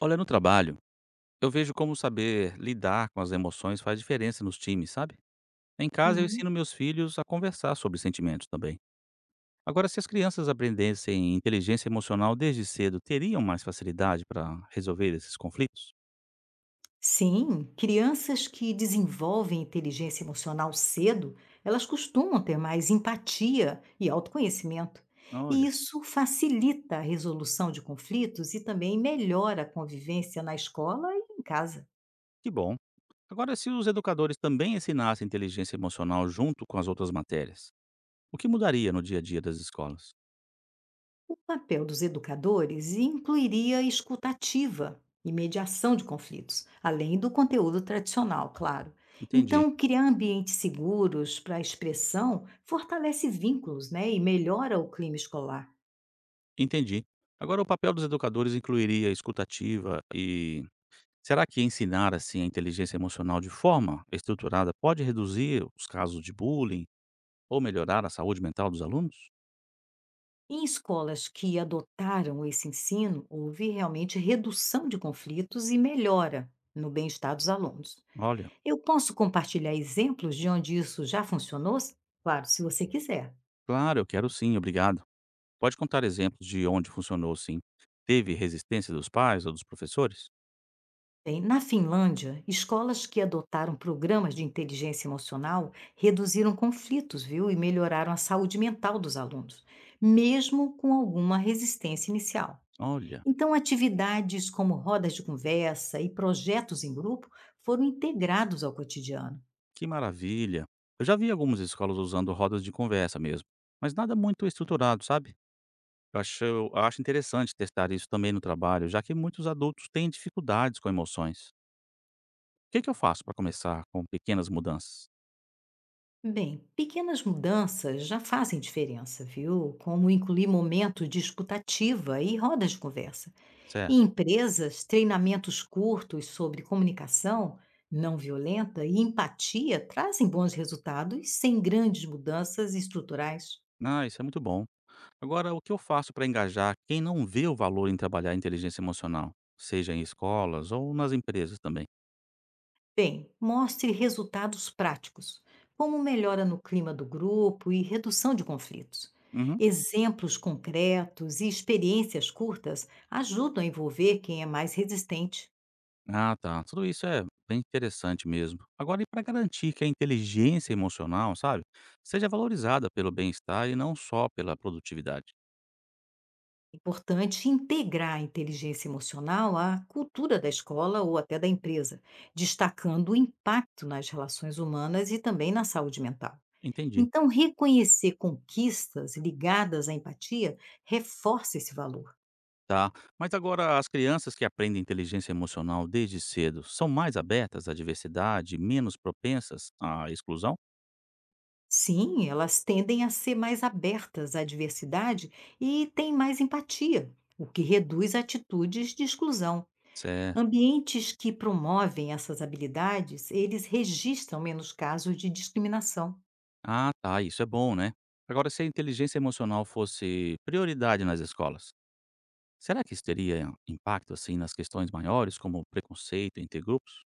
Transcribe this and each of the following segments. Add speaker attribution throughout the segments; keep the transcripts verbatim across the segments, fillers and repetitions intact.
Speaker 1: Olha, no trabalho, eu vejo como saber lidar com as emoções faz diferença nos times, sabe? Em casa, eu
Speaker 2: Uhum.
Speaker 1: ensino meus filhos a conversar sobre sentimentos também. Agora, se as crianças aprendessem inteligência emocional desde cedo, teriam mais facilidade para resolver esses conflitos?
Speaker 2: Sim, crianças que desenvolvem inteligência emocional cedo, elas costumam ter mais empatia e autoconhecimento. E
Speaker 1: Olha,
Speaker 2: isso facilita a resolução de conflitos e também melhora a convivência na escola e em casa.
Speaker 1: que bom. Agora, se os educadores também ensinassem inteligência emocional junto com as outras matérias, o que mudaria no dia a dia das escolas?
Speaker 2: O papel dos educadores incluiria escutativa e mediação de conflitos, além do conteúdo tradicional, claro.
Speaker 1: Entendi,
Speaker 2: Então, criar ambientes seguros para a expressão fortalece vínculos né, e melhora o clima escolar.
Speaker 1: entendi. Agora, o papel dos educadores incluiria escutativa e Será que ensinar assim a inteligência emocional de forma estruturada pode reduzir os casos de bullying ou melhorar a saúde mental dos alunos?
Speaker 2: Em escolas que adotaram esse ensino, houve realmente redução de conflitos e melhora no bem-estar dos alunos.
Speaker 1: Olha,
Speaker 2: Eu posso compartilhar exemplos de onde isso já funcionou? Claro, se você quiser.
Speaker 1: claro, eu quero sim, obrigado. Pode contar exemplos de onde funcionou sim? Teve resistência dos pais ou dos professores?
Speaker 2: Bem, na Finlândia, escolas que adotaram programas de inteligência emocional reduziram conflitos, viu, e melhoraram a saúde mental dos alunos, mesmo com alguma resistência inicial.
Speaker 1: Olha,
Speaker 2: Então, atividades como rodas de conversa e projetos em grupo foram integrados ao cotidiano.
Speaker 1: que maravilha. Eu já vi algumas escolas usando rodas de conversa mesmo, mas nada muito estruturado, sabe? Eu acho, eu acho interessante testar isso também no trabalho, já que muitos adultos têm dificuldades com emoções. O que, que eu faço para começar com pequenas mudanças?
Speaker 2: Bem, pequenas mudanças já fazem diferença, viu? Como incluir momentos de escutativa e rodas de conversa.
Speaker 1: Certo.
Speaker 2: Em empresas, treinamentos curtos sobre comunicação não violenta e empatia trazem bons resultados sem grandes mudanças estruturais.
Speaker 1: Ah, isso é muito bom. Agora, o que eu faço para engajar quem não vê o valor em trabalhar a inteligência emocional, seja em escolas ou nas empresas também?
Speaker 2: Bem, mostre resultados práticos, como melhora no clima do grupo e redução de conflitos.
Speaker 1: Uhum.
Speaker 2: Exemplos concretos e experiências curtas ajudam a envolver quem é mais resistente.
Speaker 1: Ah, tá. Tudo isso é bem interessante mesmo. Agora, e para garantir que a inteligência emocional, sabe, seja valorizada pelo bem-estar e não só pela produtividade?
Speaker 2: Importante integrar a inteligência emocional à cultura da escola ou até da empresa, destacando o impacto nas relações humanas e também na saúde mental.
Speaker 1: Entendi.
Speaker 2: Então, reconhecer conquistas ligadas à empatia reforça esse valor.
Speaker 1: Tá. Mas agora, as crianças que aprendem inteligência emocional desde cedo são mais abertas à diversidade, menos propensas à exclusão?
Speaker 2: Sim, elas tendem a ser mais abertas à diversidade e têm mais empatia, o que reduz atitudes de exclusão.
Speaker 1: Certo.
Speaker 2: Ambientes que promovem essas habilidades, eles registram menos casos de discriminação.
Speaker 1: Ah, tá, isso é bom, né? Agora, se a inteligência emocional fosse prioridade nas escolas, será que isso teria impacto assim nas questões maiores, como preconceito entre grupos?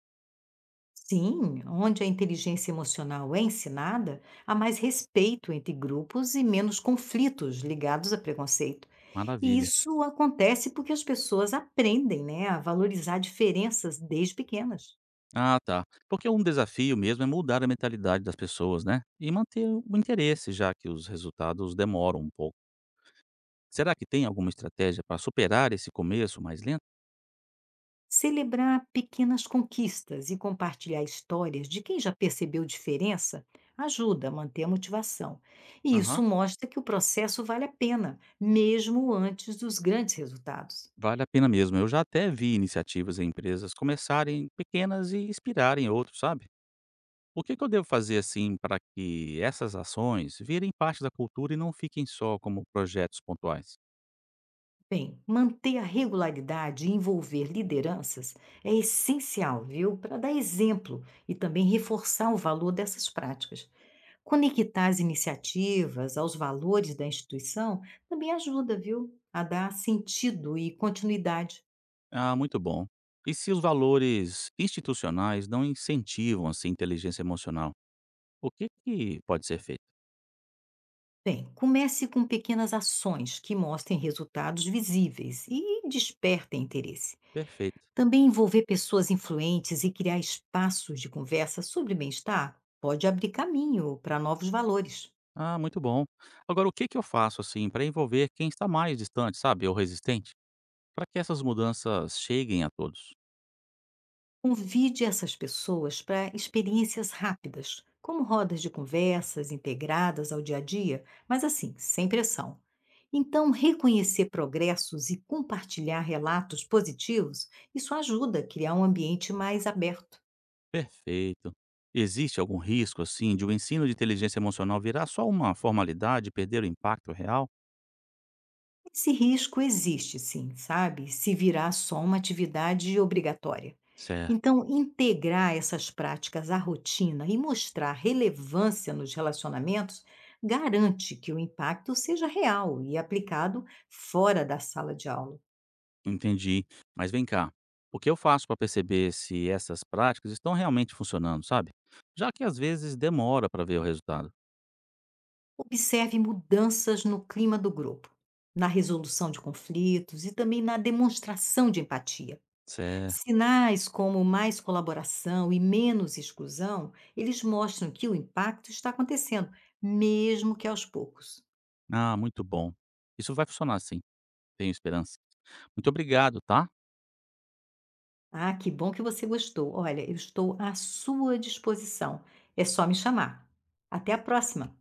Speaker 2: Sim, onde a inteligência emocional é ensinada, há mais respeito entre grupos e menos conflitos ligados a preconceito. E
Speaker 1: Maravilha.
Speaker 2: isso acontece porque as pessoas aprendem, né, a valorizar diferenças desde pequenas.
Speaker 1: Ah, tá. Porque um desafio mesmo é mudar a mentalidade das pessoas, né? E manter o interesse, já que os resultados demoram um pouco. Será que tem alguma estratégia para superar esse começo mais lento?
Speaker 2: Celebrar pequenas conquistas e compartilhar histórias de quem já percebeu diferença ajuda a manter a motivação. E
Speaker 1: Aham.
Speaker 2: isso mostra que o processo vale a pena, mesmo antes dos grandes resultados.
Speaker 1: Vale a pena mesmo. Eu já até vi iniciativas em empresas começarem pequenas e inspirarem outros, sabe? O que que eu devo fazer, assim, para que essas ações virem parte da cultura e não fiquem só como projetos pontuais?
Speaker 2: Bem, manter a regularidade e envolver lideranças é essencial, viu, para dar exemplo e também reforçar o valor dessas práticas. Conectar as iniciativas aos valores da instituição também ajuda, viu, a dar sentido e continuidade.
Speaker 1: Ah, muito bom. E se os valores institucionais não incentivam, assim, a inteligência emocional, o que que pode ser feito?
Speaker 2: Bem, comece com pequenas ações que mostrem resultados visíveis e despertem interesse.
Speaker 1: Perfeito.
Speaker 2: Também envolver pessoas influentes e criar espaços de conversa sobre bem-estar pode abrir caminho para novos valores.
Speaker 1: Ah, muito bom. Agora, o que que eu faço, assim, para envolver quem está mais distante, sabe, ou resistente, para que essas mudanças cheguem a todos?
Speaker 2: Convide essas pessoas para experiências rápidas, como rodas de conversas integradas ao dia a dia, mas assim, sem pressão. Então, reconhecer progressos e compartilhar relatos positivos, isso ajuda a criar um ambiente mais aberto.
Speaker 1: Perfeito. Existe algum risco, assim, de o ensino de inteligência emocional virar só uma formalidade e perder o impacto real?
Speaker 2: Esse risco existe sim, sabe? Se virar só uma atividade obrigatória.
Speaker 1: Certo,
Speaker 2: Então, integrar essas práticas à rotina e mostrar relevância nos relacionamentos garante que o impacto seja real e aplicado fora da sala de aula.
Speaker 1: entendi. Mas vem cá, o que eu faço para perceber se essas práticas estão realmente funcionando, sabe? Já que às vezes demora para ver o resultado.
Speaker 2: Observe mudanças no clima do grupo, na resolução de conflitos e também na demonstração de empatia.
Speaker 1: Certo.
Speaker 2: Sinais como mais colaboração e menos exclusão, eles mostram que o impacto está acontecendo, mesmo que aos poucos.
Speaker 1: Ah, muito bom. Isso vai funcionar sim, tenho esperança. Muito obrigado, tá?
Speaker 2: Ah, que bom que você gostou. Olha, eu estou à sua disposição. É só me chamar. Até a próxima!